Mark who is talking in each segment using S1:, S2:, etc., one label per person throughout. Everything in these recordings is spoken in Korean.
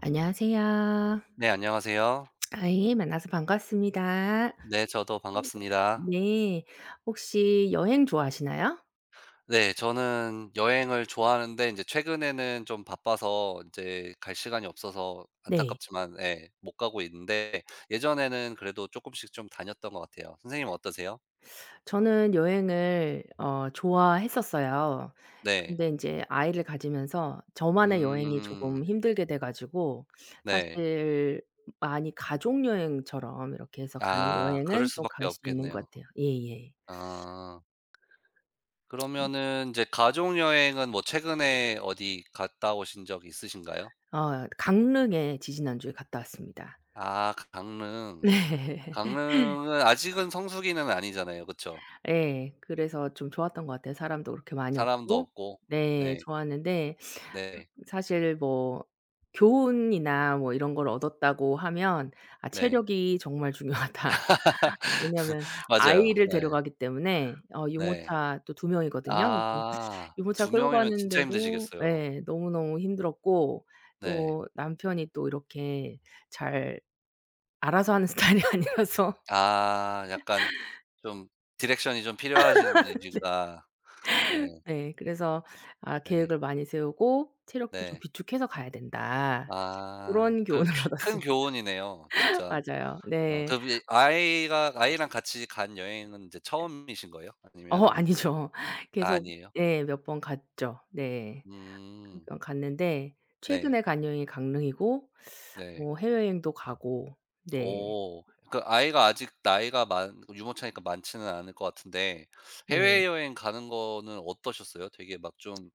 S1: 안녕하세요.
S2: 네, 안녕하세요.
S1: 아이 만나서 반갑습니다.
S2: 네, 저도 반갑습니다.
S1: 네. 혹시 여행 좋아하시나요?
S2: 네, 저는 여행을 좋아하는데 인제 최근에는 좀 바빠서 인제 갈 시간이 없어서
S1: 네.
S2: 안타깝지만 예 못 가고 있는데 예전에는 그래도 쪼끔씩 좀 다녔던 것 같아요. 선생님은 어떠세요?
S1: 저는 여행을 좋아했었어요.
S2: 네.
S1: 근데 인제 아이를 가지면서 저만의 여행이 조금
S2: 음.
S1: 힘들게 돼 가지고
S2: 네.
S1: 사실 많이 가족 여행처럼 이렇게 해서 가는
S2: 아 그럴
S1: 여행은 좀
S2: 수밖에
S1: 갈 수 있는 것
S2: 없겠네요.
S1: 같아요. 예예.
S2: 아. 그러면은 인제 가족 여행은 뭐 최근에 어디 갔다 오신 적 있으신가요?
S1: 어 강릉에 지지난주에 갔다 왔습니다.
S2: 아 강릉.
S1: 네.
S2: 강릉은 아직은 성수기는 아니잖아요. 그쵸?
S1: 예. 그래서 좀 좋았던 것 같아요. 사람도 그렇게 많이
S2: 사람도
S1: 없고
S2: 없고.
S1: 네
S2: 네.
S1: 좋았는데
S2: 네.
S1: 사실 뭐 교훈이나 뭐 이런 걸 얻었다고 하면 아
S2: 네.
S1: 체력이 정말 중요하다. 왜냐하면
S2: 맞아요.
S1: 아이를
S2: 네.
S1: 데려가기 때문에
S2: 네.
S1: 유모차 또 2 명이거든요. 그래서
S2: 아.
S1: 유모차
S2: 두
S1: 끌고
S2: 명이면 진짜
S1: 가는데도
S2: 힘드시겠어요.
S1: 예 너무너무 힘들었고
S2: 네.
S1: 또 남편이 또 이렇게 잘 알아서 하는 스타일이 아니라서
S2: 아 약간 좀 디렉션이 좀 필요하신 분이시구나. 네.
S1: 네. 그래서 아
S2: 네.
S1: 계획을 많이 세우고 체력도 좀
S2: 네.
S1: 비축해서 가야 된다.
S2: 아.
S1: 고런
S2: 그
S1: 교훈을
S2: 큰
S1: 얻었습니다.
S2: 교훈이네요 진짜.
S1: 맞아요.
S2: 어
S1: 네.
S2: 그럼 이 아이가 아이랑 같이 간 여행은 이제 처음이신 거예요?
S1: 어
S2: 아니면은
S1: 아니죠.
S2: 아
S1: 계속
S2: 아니에요?
S1: 예 몇 번 갔죠. 네. 몇
S2: 음.
S1: 번 갔는데
S2: 네.
S1: 최근에 간 여행이 강릉이고
S2: 네.
S1: 뭐 해외여행도 가고 네.
S2: 오 그 아이가 아직 나이가 많 유모차니까 많지는 않을 것 같은데
S1: 네.
S2: 해외여행 가는 거는 어떠셨어요? 되게 막 좀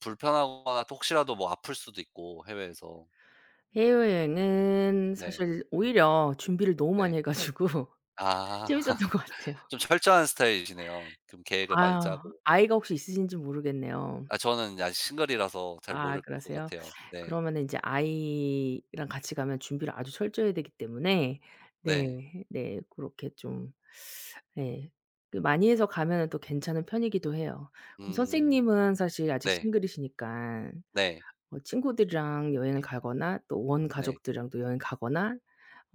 S2: 불편하거나 또 혹시라도 뭐 아플 수도 있고 해외에서.
S1: 해외여행은
S2: 네.
S1: 사실 오히려 준비를 너무
S2: 네.
S1: 많이 해 가지고
S2: 아.
S1: 재밌었던 것 같아요.
S2: 좀 철저한 스타일이시네요. 좀 계획을 많이
S1: 아
S2: 짜고.
S1: 아이가 혹시 있으신지 모르겠네요.
S2: 아 저는 아직 싱글이라서 잘
S1: 아
S2: 모를 것
S1: 그러세요?
S2: 같아요. 네.
S1: 그러면은 인제 아이랑 같이 가면 준비를 아주 철저히 해야 되기 때문에 네.
S2: 네.
S1: 네. 고렇게 좀 예. 그 많이 해서 가면은 또 괜찮은 편이기도 해요. 그럼
S2: 음.
S1: 선생님은 사실 아직
S2: 네.
S1: 싱글이시니깐
S2: 네.
S1: 뭐 친구들이랑 여행을 가거나 또 원
S2: 네.
S1: 가족들이랑 또 여행 가거나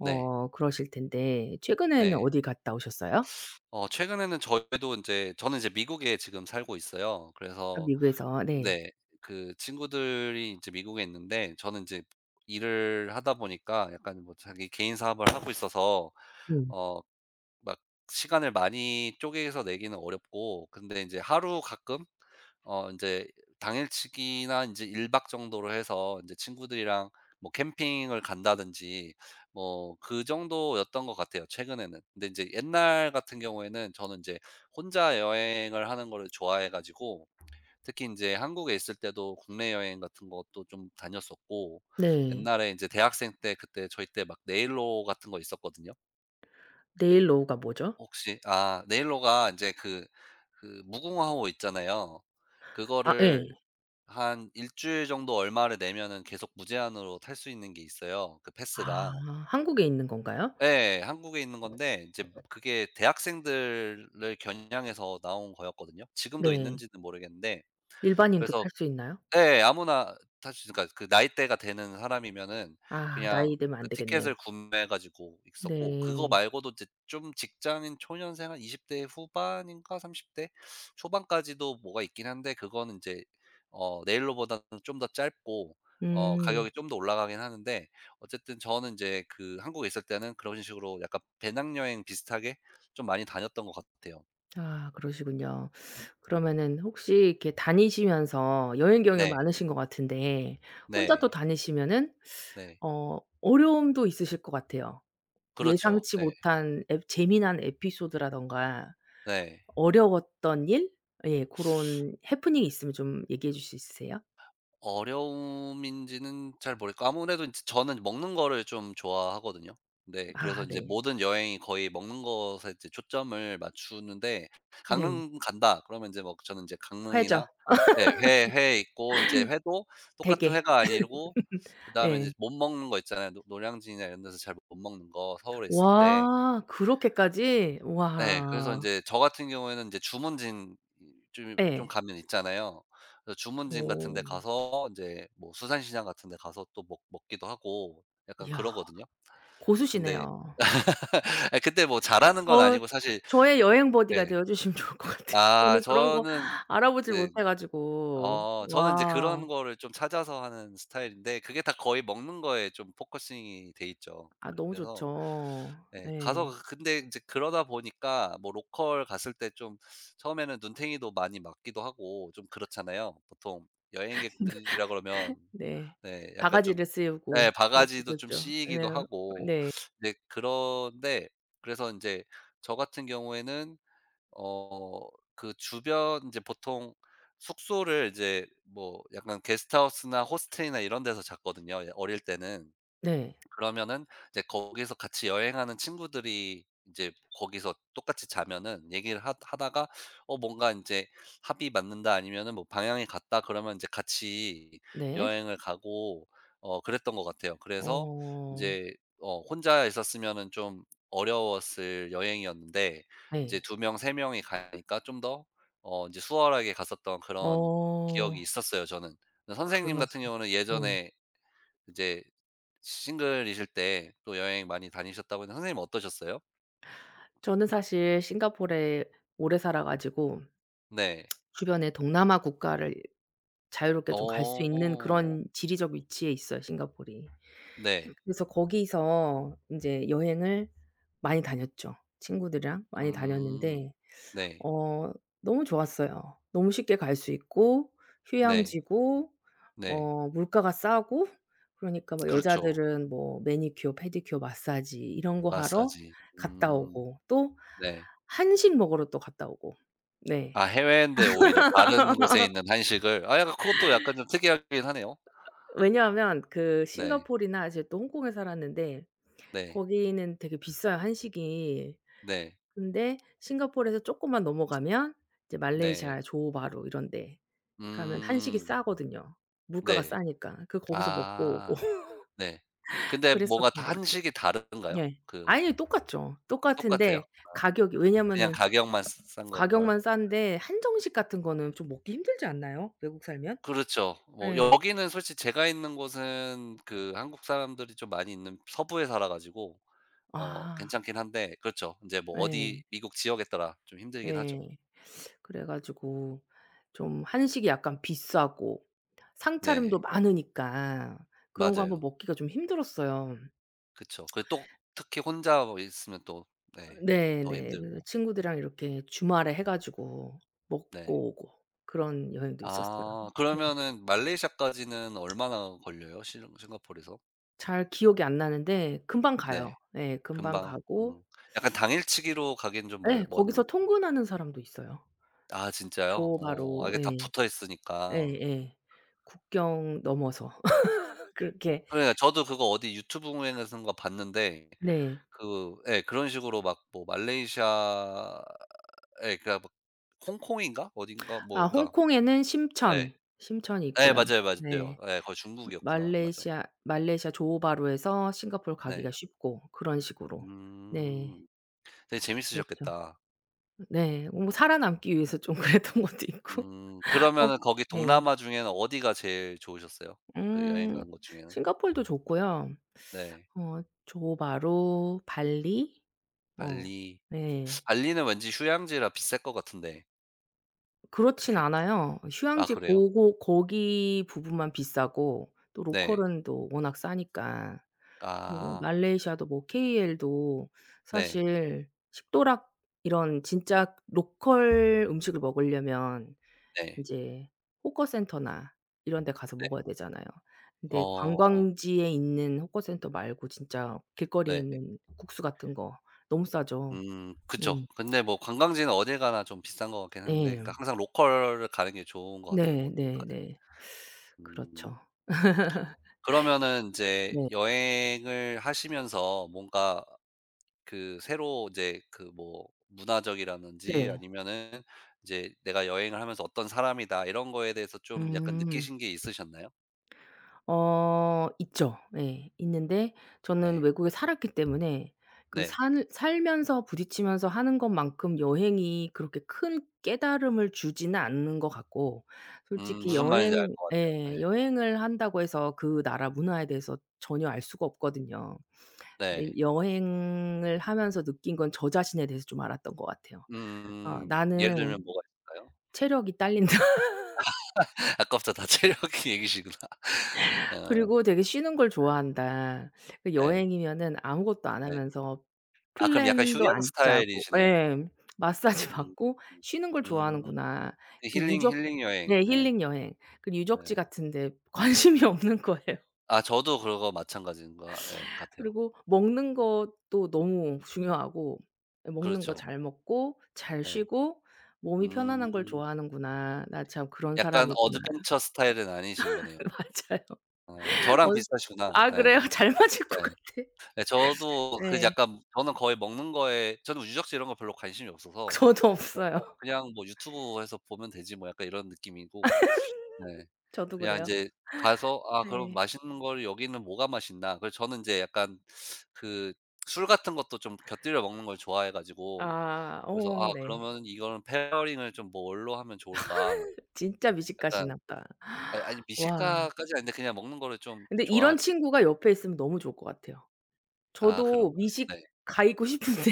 S2: 네.
S1: 그러실 텐데 최근에는
S2: 네.
S1: 어디 갔다 오셨어요?
S2: 어 최근에는 저희도 이제 저는 이제 미국에 지금 살고 있어요.
S1: 아
S2: 그래서
S1: 미국에서 네.
S2: 네. 그 친구들이 이제 미국에 있는데 저는 이제 일을 하다 보니까 약간 뭐 자기 개인 사업을 하고 있어서
S1: 음.
S2: 어 막 시간을 많이 쪼개서 내기는 어렵고 근데 인제 하루 가끔 어 인제 당일치기나 인제 1박 정도로 해서 인제 친구들이랑 뭐 캠핑을 간다든지 뭐 그 정도였던 것 같아요, 최근에는. 근데 인제 옛날 같은 경우에는 저는 인제 혼자 여행을 하는 거를 좋아해 가지고 특히 인제 한국에 있을 때도 국내 여행 같은 것도 좀 다녔었고
S1: 네.
S2: 옛날에 인제 대학생 때 그때 저희 때 막 네일로 같은 거 있었거든요.
S1: 네일 로우가 뭐죠?
S2: 혹시 아 네일로가 인제 그 무궁화호 있잖아요.
S1: 아 예.
S2: 그거를 한 1주일 정도 얼마를 내면은 계속 무제한으로 탈 수 있는 게 있어요, 그
S1: 아
S2: 패스가.
S1: 한국에 있는 건가요?
S2: 예. 한국에 있는 건데 인제 그게 대학생들을 겨냥해서 나온 거였거든요. 지금도
S1: 네.
S2: 있는지는 모르겠는데
S1: 일반인도
S2: 그래서
S1: 탈 수 있나요?
S2: 예. 아무나 탈 수 있으니까 그 나이대가 되는 사람이면은
S1: 아
S2: 그냥
S1: 나이 되면 안
S2: 그
S1: 되겠네요.
S2: 티켓을 구매해 가지고 있었고 그거
S1: 네.
S2: 말고도 이제 좀 직장인 초년생 한 20대 후반인가 30대 초반까지도 뭐가 있긴 한데 그거는 인제 어 네일로보다는 좀 더 짧고 어 가격이
S1: 음.
S2: 좀 더 올라가긴 하는데 어쨌든 저는 인제 그 한국에 있을 때는 그런 식으로 약간 배낭여행 비슷하게 좀 많이 다녔던 것 같아요.
S1: 아 그러시군요. 그러면은 혹시 이렇게 다니시면서 여행 경험이
S2: 네.
S1: 많으신 것 같은데 혼자 또
S2: 네.
S1: 다니시면은
S2: 네.
S1: 어 어려움도 있으실 것 같아요.
S2: 그렇죠.
S1: 예상치
S2: 네.
S1: 못한 에 재미난 에피소드라든가
S2: 네.
S1: 어려웠던 일? 예 고런 해프닝이 있으면 좀 얘기해 주실 수 있으세요?
S2: 어려움인지는 잘 모르겠고 아무래도 제 저는 먹는 거를 좀 좋아하거든요. 네. 그래서
S1: 아
S2: 이제
S1: 네.
S2: 모든 여행이 거의 먹는 것에 이제 초점을 맞추는데
S1: 네.
S2: '강릉 간다.' 그러면 이제 뭐 저는 이제
S1: 화해죠.
S2: 강릉이나 예 회 있고 이제 회도 똑같은
S1: 되게.
S2: 회가 아니고 그다음에 이
S1: 예.
S2: 제 못 먹는 거 있잖아요. 노 노량진이나 이런 데서 잘 못 먹는 거 서울에 있을 때.
S1: 와 그렇게까지?
S2: 네. 그래서
S1: 와.
S2: 인제 저 같은 경우에는 인제 주문진 좀
S1: 예.
S2: 가면 있잖아요. 그래서 주문진 같은 데
S1: 오.
S2: 가서 인제 뭐 수산시장 같은 데 가서 또 먹 먹기도 하고 약간
S1: 이야
S2: 그러거든요. 근데
S1: 고수시네요.
S2: 아 근데 뭐 잘하는 건
S1: 저
S2: 아니고 사실
S1: 저의 여행 버디가
S2: 예.
S1: 되어 주시면 좋을 것 같아요.
S2: 아
S1: 저는 그런 거
S2: 저는
S1: 알아보질
S2: 네.
S1: 못해 가지고.
S2: 어 저는 인제
S1: 와.
S2: 그런 거를 좀 찾아서 하는 스타일인데 그게 다 거의 먹는 거에 좀 포커싱이 돼 있죠.
S1: 아 너무
S2: 그래서
S1: 좋죠.
S2: 네. 가서
S1: 예.
S2: 그 근데 이제 그러다 보니까 뭐 로컬 갔을 때 좀 처음에는 눈탱이도 많이 맞기도 하고 좀 그렇잖아요. 보통 여행객들이라 그러면
S1: 네.
S2: 네 약간 좀
S1: 바가지를
S2: 네
S1: 씌우고
S2: 바가지도
S1: 그렇게
S2: 좀
S1: 죠
S2: 씌이기도
S1: 네.
S2: 하고
S1: 네.
S2: 이제 그런데 그래서 이제 저 같은 경우에는 어 그 주변 이제 보통 숙소를 이제 뭐 약간 게스트하우스나 호스텔이나 이런 데서 잤거든요, 예 어릴 때는.
S1: 네.
S2: 그러면은 이제 거기서 같이 여행하는 친구들이 이제 거기서 똑같이 자면은 얘기를 하다가어 뭔가 이제 합이 맞는다 아니면은 뭐 방향이 같다 그러면 이제 같이
S1: 네.
S2: 여행을 가고 어 그랬던 것 같아요. 그래서 이
S1: 어
S2: 제 어 혼자 있었으면은 좀 어려웠을 여행이었는데 이제
S1: 네.
S2: 2 명, 3 명이 가니까 좀 더 어 이제 수월하게 갔었던 그런 기억이
S1: 어
S2: 있었어요 저는. 선생님 같은
S1: 그러시구나.
S2: 경우는
S1: 네.
S2: 예전에 이제 싱글이실 때 또 여행 많이 다니셨다고 했는데 선생님 어떠셨어요?
S1: 저는 사실 싱가포르에 오래 살아 가지고
S2: 네.
S1: 주변에 동남아 국가를 자유롭게 좀 갈 수 있는
S2: 어.
S1: 그런 지리적 위치에 있어요 싱가포이
S2: 네.
S1: 그래서 거기서 인제 여행을 많이 다녔죠. 친구들이랑 많이
S2: 음.
S1: 다녔는데
S2: 네.
S1: 어 너무 좋았어요. 너무 쉽게 갈 수 있고
S2: 네.
S1: 휴양지고
S2: 네.
S1: 물가가 싸고 그러니까 뭐
S2: 그렇죠.
S1: 여자들은 뭐 매니큐어, 페디큐어, 마사지 이런 거 하러
S2: 마사지.
S1: 갔다
S2: 음.
S1: 오고 또
S2: 네.
S1: 한식 먹으러 또 갔다 오고. 네.
S2: 아 해외인데 오히려 다른 곳에 있는 한식을 아 약간 그것도 약간 좀 특이하긴 하네요.
S1: 왜냐하면 그
S2: 네.
S1: 싱가포르나 제가 또 홍콩에 살았는데
S2: 네.
S1: 거기는 되게 비싸요, 한식이.
S2: 네.
S1: 근데 싱가포르에서 조금만 넘어가면 이제
S2: 네.
S1: 말레이시아 조호바루 이런 데 가면 한식이
S2: 음.
S1: 싸거든요. 물가가
S2: 네.
S1: 싸니까. 그 거기서 먹고 오고
S2: 아. 네. 근데 뭔가
S1: 그랬었던
S2: 다
S1: 것 같아요.
S2: 한식이 다른가요?
S1: 네.
S2: 그
S1: 아니 똑같죠.
S2: 똑같아요?
S1: 똑같은데 가격이
S2: 그냥
S1: 왜냐면은
S2: 가격만 스 싼 건가?
S1: 가격만 싼데 한정식 같은 거는 좀 먹기 힘들지 않나요? 외국 살면?
S2: 그렇죠. 뭐
S1: 네.
S2: 여기는 솔직히 제가 있는 곳은 그 한국 사람들이 좀 많이 있는 서부에 살아 가지고 어
S1: 아.
S2: 괜찮긴 한데 그렇죠. 이제 뭐 어디
S1: 네
S2: 미국 지역에 따라 좀 힘들긴 하죠.
S1: 네 그래 가지고 좀 한식이 약간 비싸고
S2: 네.
S1: 상차림도 많으니까 그런 거 한번
S2: 맞아요.
S1: 먹기가 좀 힘들었어요.
S2: 그쵸. 그리고 또 특히 혼자 뭐 있으면 또 네. 더
S1: 네네. 그
S2: 힘들고.
S1: 친구들이랑 이렇게 주말에 해 가지고 먹고
S2: 네.
S1: 오고 그런 여행도 있었어요.
S2: 아
S1: 네.
S2: 그러면은 말레이시아까지는 얼마나 걸려요? 싱 싱가포르에서?
S1: 잘 기억이 안 나는데 금방 가요.
S2: 네.
S1: 예. 금방
S2: 금방.
S1: 가고
S2: 음. 약간 당일치기로 가기좀멀
S1: 예.
S2: 먼
S1: 거기서 통근하는 사람도 있어요.
S2: 아 진짜요? 어 아
S1: 조바로
S2: 이게 다
S1: 예.
S2: 붙어 있으니까.
S1: 예예. 국경 넘어서 그렇게
S2: 그러니까 저도 그거 어디 유튜브에선가 봤는데
S1: 네.
S2: 그 예 그런 식으로 막 뭐 말레이시아에 그러니까 막 홍콩인가 어딘가
S1: 아
S2: 뭐 그러니까
S1: 홍콩에는
S2: 예.
S1: 심천이
S2: 예
S1: 있고요.
S2: 맞아요, 맞아요.
S1: 네.
S2: 예 거기 중국이었구나. 맞아.
S1: 말레이시아 조호바루에서 싱가포르
S2: 네.
S1: 가기가 쉽고 그런 식으로. 네.
S2: 음. 되게
S1: 그랬죠.
S2: 재밌으셨겠다.
S1: 네. 뭐 살아남기 위해서 좀 그랬던 것도 있고. 어
S2: 그러면은 거기
S1: 네.
S2: 동남아 중에는 어디가 제일 좋으셨어요? 그 여행
S1: 음
S2: 간 것 중에는?
S1: 싱가포르도 좋고요.
S2: 네.
S1: 어 조호바루, 발리 어
S2: 발리.
S1: 네.
S2: 발리는 왠지 휴양지라 비쌀 것 같은데.
S1: 그렇진
S2: 그렇게
S1: 않아요.
S2: 아
S1: 휴양지
S2: 그래요?
S1: 고고 거기 부분만 비싸고 또
S2: 네.
S1: 로컬은 또 워낙 싸니까. 그리고 뭐
S2: 아.
S1: 말레이시아도 뭐 KL도
S2: 네.
S1: 사실 식도락 이런 진짜 로컬 음식을 먹으려면
S2: 네.
S1: 인제 호커센터나 이런 데 가서
S2: 네.
S1: 먹어야 되잖아요. 근데
S2: 어
S1: 관광지에 있는 호커센터 말고 진짜 길거리에
S2: 네.
S1: 있는 국수 같은 거 너무 싸죠.
S2: 그쵸.
S1: 음.
S2: 근데 뭐 관광지는 어딜 가나 좀 비싼 것 같긴 한데
S1: 예.
S2: 그러니까 항상 로컬을 가는 게 좋은 것 같아요,
S1: 네.
S2: 어딜
S1: 네
S2: 가든.
S1: 네.
S2: 음.
S1: 그렇죠.
S2: 그러면은 인제
S1: 네.
S2: 여행을 하시면서 뭔가 그 새로 이제 그 뭐 문화적이라든지
S1: 네.
S2: 아니면은 이제 '내가 여행을 하면서 어떤 사람이다.' 이런 거에 대해서 좀 약간
S1: 음.
S2: 느끼신 게 있으셨나요?
S1: 있죠. 예. 있는데 저는
S2: 네.
S1: 외국에 살았기 때문에 그
S2: 네.
S1: 산 살면서 부딪히면서 하는 것만큼 여행이 그렇게 큰 깨달음을 주지는 않는 것 같고 솔직히
S2: 무슨 말인지 알
S1: 여행
S2: 것 같아요.
S1: 예
S2: 예.
S1: 여행을 한다고 해서 그 나라 문화에 대해서 전혀 알 수가 없거든요. 근데
S2: 네.
S1: 여행을 하면서 느낀 건 저 자신에 대해서 좀 알았던 것 같아요. 아
S2: 음. 예를
S1: '나는
S2: 들면 뭐가 있을까요?
S1: 체력이 딸린다.'
S2: 아까부터 다 체력 얘기시구나. 어
S1: 그리고 되게 쉬는 걸 좋아한다. 그
S2: 네.
S1: 여행이면은 아무것도 안
S2: 네.
S1: 하면서
S2: 아 그럼 약간
S1: 플랜도
S2: 휴양
S1: 안 짜고
S2: 스타일이시네요.
S1: 예. 마사지
S2: 음.
S1: 받고 쉬는 걸
S2: 음.
S1: 좋아하는구나.
S2: 그
S1: 이렇게
S2: 힐링,
S1: 유적
S2: 힐링 여행.
S1: 네
S2: 네.
S1: 힐링 여행. 그 유적지
S2: 네.
S1: 같은 데 관심이 없는 거예요.
S2: 아 저도 그거 마찬가지인 것 같- 네, 같아요.
S1: 그리고 먹는 것도 너무 중요하고 예 먹는 거
S2: 그렇죠.
S1: 잘 먹고 잘
S2: 네.
S1: 쉬고 몸이 편안한 걸
S2: 음.
S1: 좋아하는구나. 나 참 그런
S2: 약간
S1: 사람이구나.
S2: 어드벤처 스타일은 아니신 거네요.
S1: 맞아요.
S2: 어 저랑
S1: 원
S2: 비슷하시구나.
S1: 아
S2: 네
S1: 그래요? 잘 맞을 것
S2: 네.
S1: 같아.
S2: 네 저도 그
S1: 네.
S2: 약간 저는 거의 먹는 거에 저는 유적지 이런 거 별로 관심이 없어서
S1: 저도
S2: 그런 거
S1: 없어요.
S2: 그냥 뭐 '유튜브에서 보면 되지 뭐.' 약간 이런 느낌이고 네.
S1: 저도
S2: 그냥
S1: 그래요.
S2: 인제 가서 '아 그럼
S1: 네.
S2: 맛있는 걸 여기는 뭐가 맛있나.' 그래서 저는 인제 약간 그 술 같은 것도 좀 곁들여 먹는 걸 좋아해 가지고
S1: 아
S2: 그래서 '아
S1: 오,
S2: 그러
S1: 네.
S2: 면 이거는 페어링을 좀 뭐 뭘로 하면 좋을까?'
S1: 진짜
S2: 약간
S1: 미식가시나보다.
S2: 아 아니
S1: 와.
S2: 미식가까지는 아닌데 그냥 먹는 거를 좀
S1: 근데 이런
S2: 좋아하죠.
S1: 친구가 옆에 있으면 너무 좋을 것 같아요.
S2: 아
S1: 저도
S2: 그런가요?
S1: 미식
S2: 네.
S1: 가이고 싶은데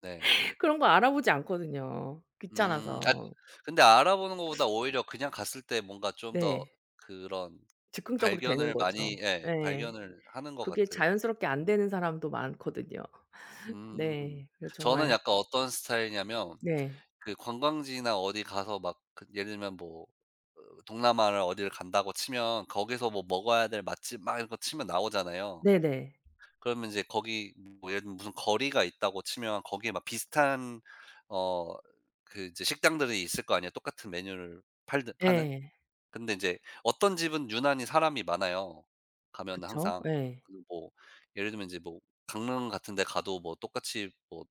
S2: 네.
S1: 그런 거 알아보지 않거든요,
S2: 음.
S1: 귀찮아서.
S2: 근데 알아보는 것보다 오히려 그냥 갔을 때 뭔가 좀 더
S1: 네.
S2: 그런
S1: 즉흥적으로 되는
S2: 발견을
S1: 거죠.
S2: 많이 예
S1: 네.
S2: 발견을 하는 것
S1: 그게
S2: 같아요.
S1: 자연스럽게 안
S2: 음.
S1: 되는 사람도 많거든요.
S2: 음.
S1: 네. 그래서
S2: 저는
S1: 정말
S2: 약간 어떤 스타일이냐면
S1: 네.
S2: 그 관광지나 어디 가서 막 그 예를 들면 뭐 어 동남아를 어디를 간다고 치면 거기서 뭐 먹어야 될 맛집 막 이런 거 치면 나오잖아요.
S1: 네네.
S2: 그러면 이제 거기 뭐 예를 들면 무슨 거리가 있다고 치면 거기에 막 비슷한 어 그 이제 식당들이 있을 거 아니에요, 똑같은 메뉴를 팔 파는?
S1: 네
S2: 근데 이제 어떤 집은 유난히 사람이 많아요, 가면
S1: 그쵸.
S2: 항상.
S1: 네
S2: 그리고 뭐 예를 들면 이제 뭐 강릉 같은 데 가도 뭐 똑같이 뭐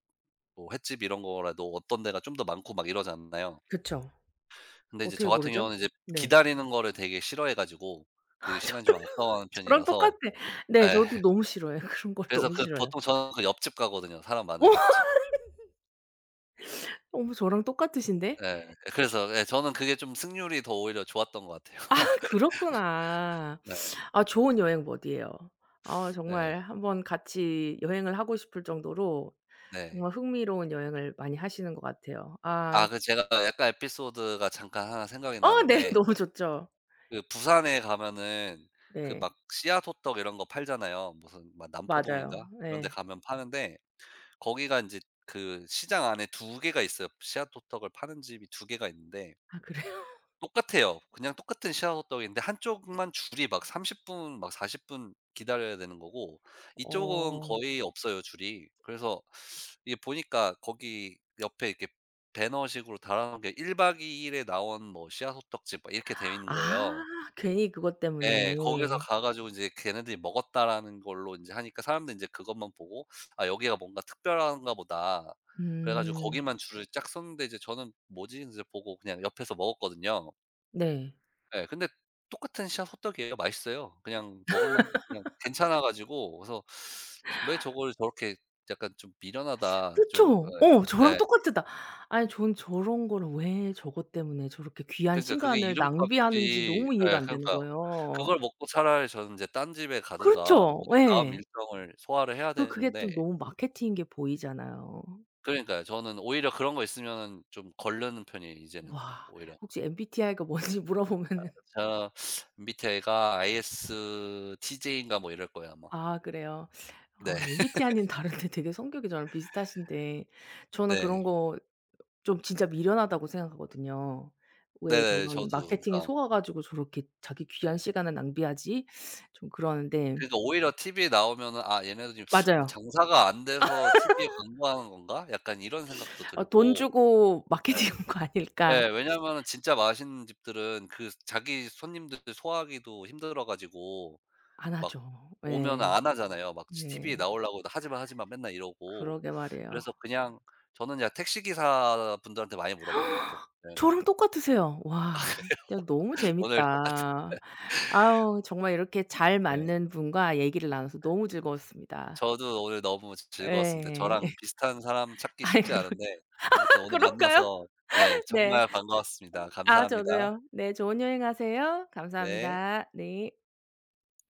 S2: 뭐 횟집 이런 거라도 어떤 데가 좀 더 많고 막 이러잖아요.
S1: 그쵸.
S2: 근데 이제
S1: 어떻게
S2: 저 같은
S1: 고르죠?
S2: 경우는 이제
S1: 네.
S2: 기다리는 거를 되게 싫어해 가지고 그 시간이
S1: 저도
S2: 좀 아까워하는
S1: 저랑
S2: 편이라서
S1: 똑같아.
S2: 예.
S1: 네 저도 너무 싫어해요. 그런 걸
S2: 그래서
S1: 너무
S2: 그
S1: 싫어해요.
S2: 보통 저는 그 옆집 가거든요, 사람 많은
S1: 어
S2: 옆집.
S1: 어머 저랑 똑같으신데?
S2: 예. 그래서 예 저는 그게 좀 승률이 더 오히려 좋았던 것 같아요.
S1: 아, 그렇구나.
S2: 네.
S1: 아 좋은 여행 머디예요. 아
S2: 네.
S1: 정말 한번 같이 여행을 하고 싶을 정도로
S2: 네.
S1: 정말 흥미로운 여행을 많이 하시는 것 같아요.
S2: 아
S1: 아
S2: 그 제가 약간 에피소드가 잠깐 하나 생각이
S1: 어 네.
S2: 나는데
S1: 너무 좋죠.
S2: 그 부산에 가면은 그
S1: 네.
S2: 막 씨앗 호떡 이런 거 팔잖아요. 무슨 막
S1: 맞아요.
S2: 남포동인가 그런 데
S1: 네.
S2: 가면 파는데 거기가 인제 그 시장 안에 두 개가 있어요. 씨앗 호떡을 파는 집이 두 개가 있는데
S1: 아 그래요?
S2: 똑같아요. 그냥 똑같은 씨앗 호떡인데 한쪽만 줄이 막 30 분 막 40분 기다려야 되는 거고 이쪽은
S1: 어.
S2: 거의 없어요 줄이. 그래서 이게 보니까 거기 옆에 이렇게 배너식으로 달아 놓은 게 1박 2 일에 나온 뭐 씨앗 호떡집 막 이렇게 되어 있는
S1: 아
S2: 거예요.
S1: 괜히 그것 때문에.
S2: 예. 거기서 가 가지고 인제 걔네들이 먹었다라는 걸로 인제 하니까 사람들이 인제 그것만 보고 '아 여기가 뭔가 특별한가 보다.' 그래 가지고
S1: 음.
S2: 거기만 줄을 쫙 섰는데 이제 저는 '뭐지?' 이제 보고 그냥 옆에서 먹었거든요.
S1: 네.
S2: 예. 근데 똑같은 씨앗 호떡이에요. 맛있어요. 그냥 먹을 만 그냥 괜찮아 가지고 그래서 '왜 저걸 저렇게 약간 좀 미련하다.' 좀
S1: 그쵸. 어
S2: 예.
S1: 저랑
S2: 예.
S1: 똑같았다. 아니 전 저런 거를 왜 저것 때문에 저렇게 귀한
S2: 그러니까 그게
S1: 시간을 낭비하는지
S2: 이름값이
S1: 너무 이해가
S2: 예
S1: 안 되는
S2: 그러니까
S1: 거예요.
S2: 그걸 먹고 차라리 저는 이제 딴 집에 가든가 뭐
S1: 그렇죠.
S2: 어디 다음
S1: 예.
S2: 일정을 소화를 해야
S1: 그 그게
S2: 되는데
S1: 좀 너무 마케팅인 게 보이잖아요.
S2: 그러니까요. 저는 오히려 그런 거 있으면은 좀 거르는 편이에요 이제는
S1: 와
S2: 오히려.
S1: 혹시 MBTI가 뭔지 물어보면은
S2: 저 밑에 애가 ISTJ인가 뭐 이럴 거예요 아마.
S1: "아 그래요."
S2: 네.
S1: MBTI는 다른데 되게 성격이 저랑 비슷하신데 저는 그런
S2: 네.
S1: 거 좀 진짜 미련하다고 생각하거든요. '왜
S2: 네네. 저도
S1: 저런 마케팅에
S2: 그러니까
S1: 속아 가지고 저렇게 자기 귀한
S2: 예.
S1: 시간을 낭비하지?' 좀 그러는데
S2: 그러니까 오히려 TV에 나오면은 '아 얘네도 지금
S1: 맞아요.
S2: 장사가 안 돼서 TV에 광고하는 건가?' 약간 이런 생각도
S1: 어 '돈
S2: 들고
S1: 주고 마케팅 한 거 아닐까.'
S2: 예. 왜냐면은 진짜 맛있는 집들은 그 자기 손님들 소화하기도 힘들어 가지고
S1: 안
S2: 막
S1: 하죠.
S2: 오면
S1: 예.
S2: 안 하잖아요. 막 지 TV에
S1: 네.
S2: 나오려고 "하지 마, 하지 마." 맨날 이러고.
S1: 그러게 말이에요.
S2: 그래서 그냥 저는 그냥 택시기사 분들한테 많이 물어봐요 보통 여행면
S1: 저랑 똑같으세요. 와 진짜 너무
S2: 오늘 똑같은
S1: 재밌다. 아우 정말 이렇게 잘
S2: 네.
S1: 맞는 분과 얘기를 나눠서 너무 즐거웠습니다.
S2: 저도 오늘 너무 즐 즐거웠습니다.
S1: 예.
S2: 저랑 비슷한 사람 찾기
S1: 아이
S2: 쉽지
S1: 그러게
S2: 않은데 아무튼
S1: 아,
S2: 오늘
S1: 그런가요?
S2: 만나서 네
S1: 네.
S2: 정말 반가웠습니다.
S1: 아
S2: 감사합니다.
S1: 저도요. 네 좋은 여행하세요.
S2: 네.
S1: 감사합니다. 네.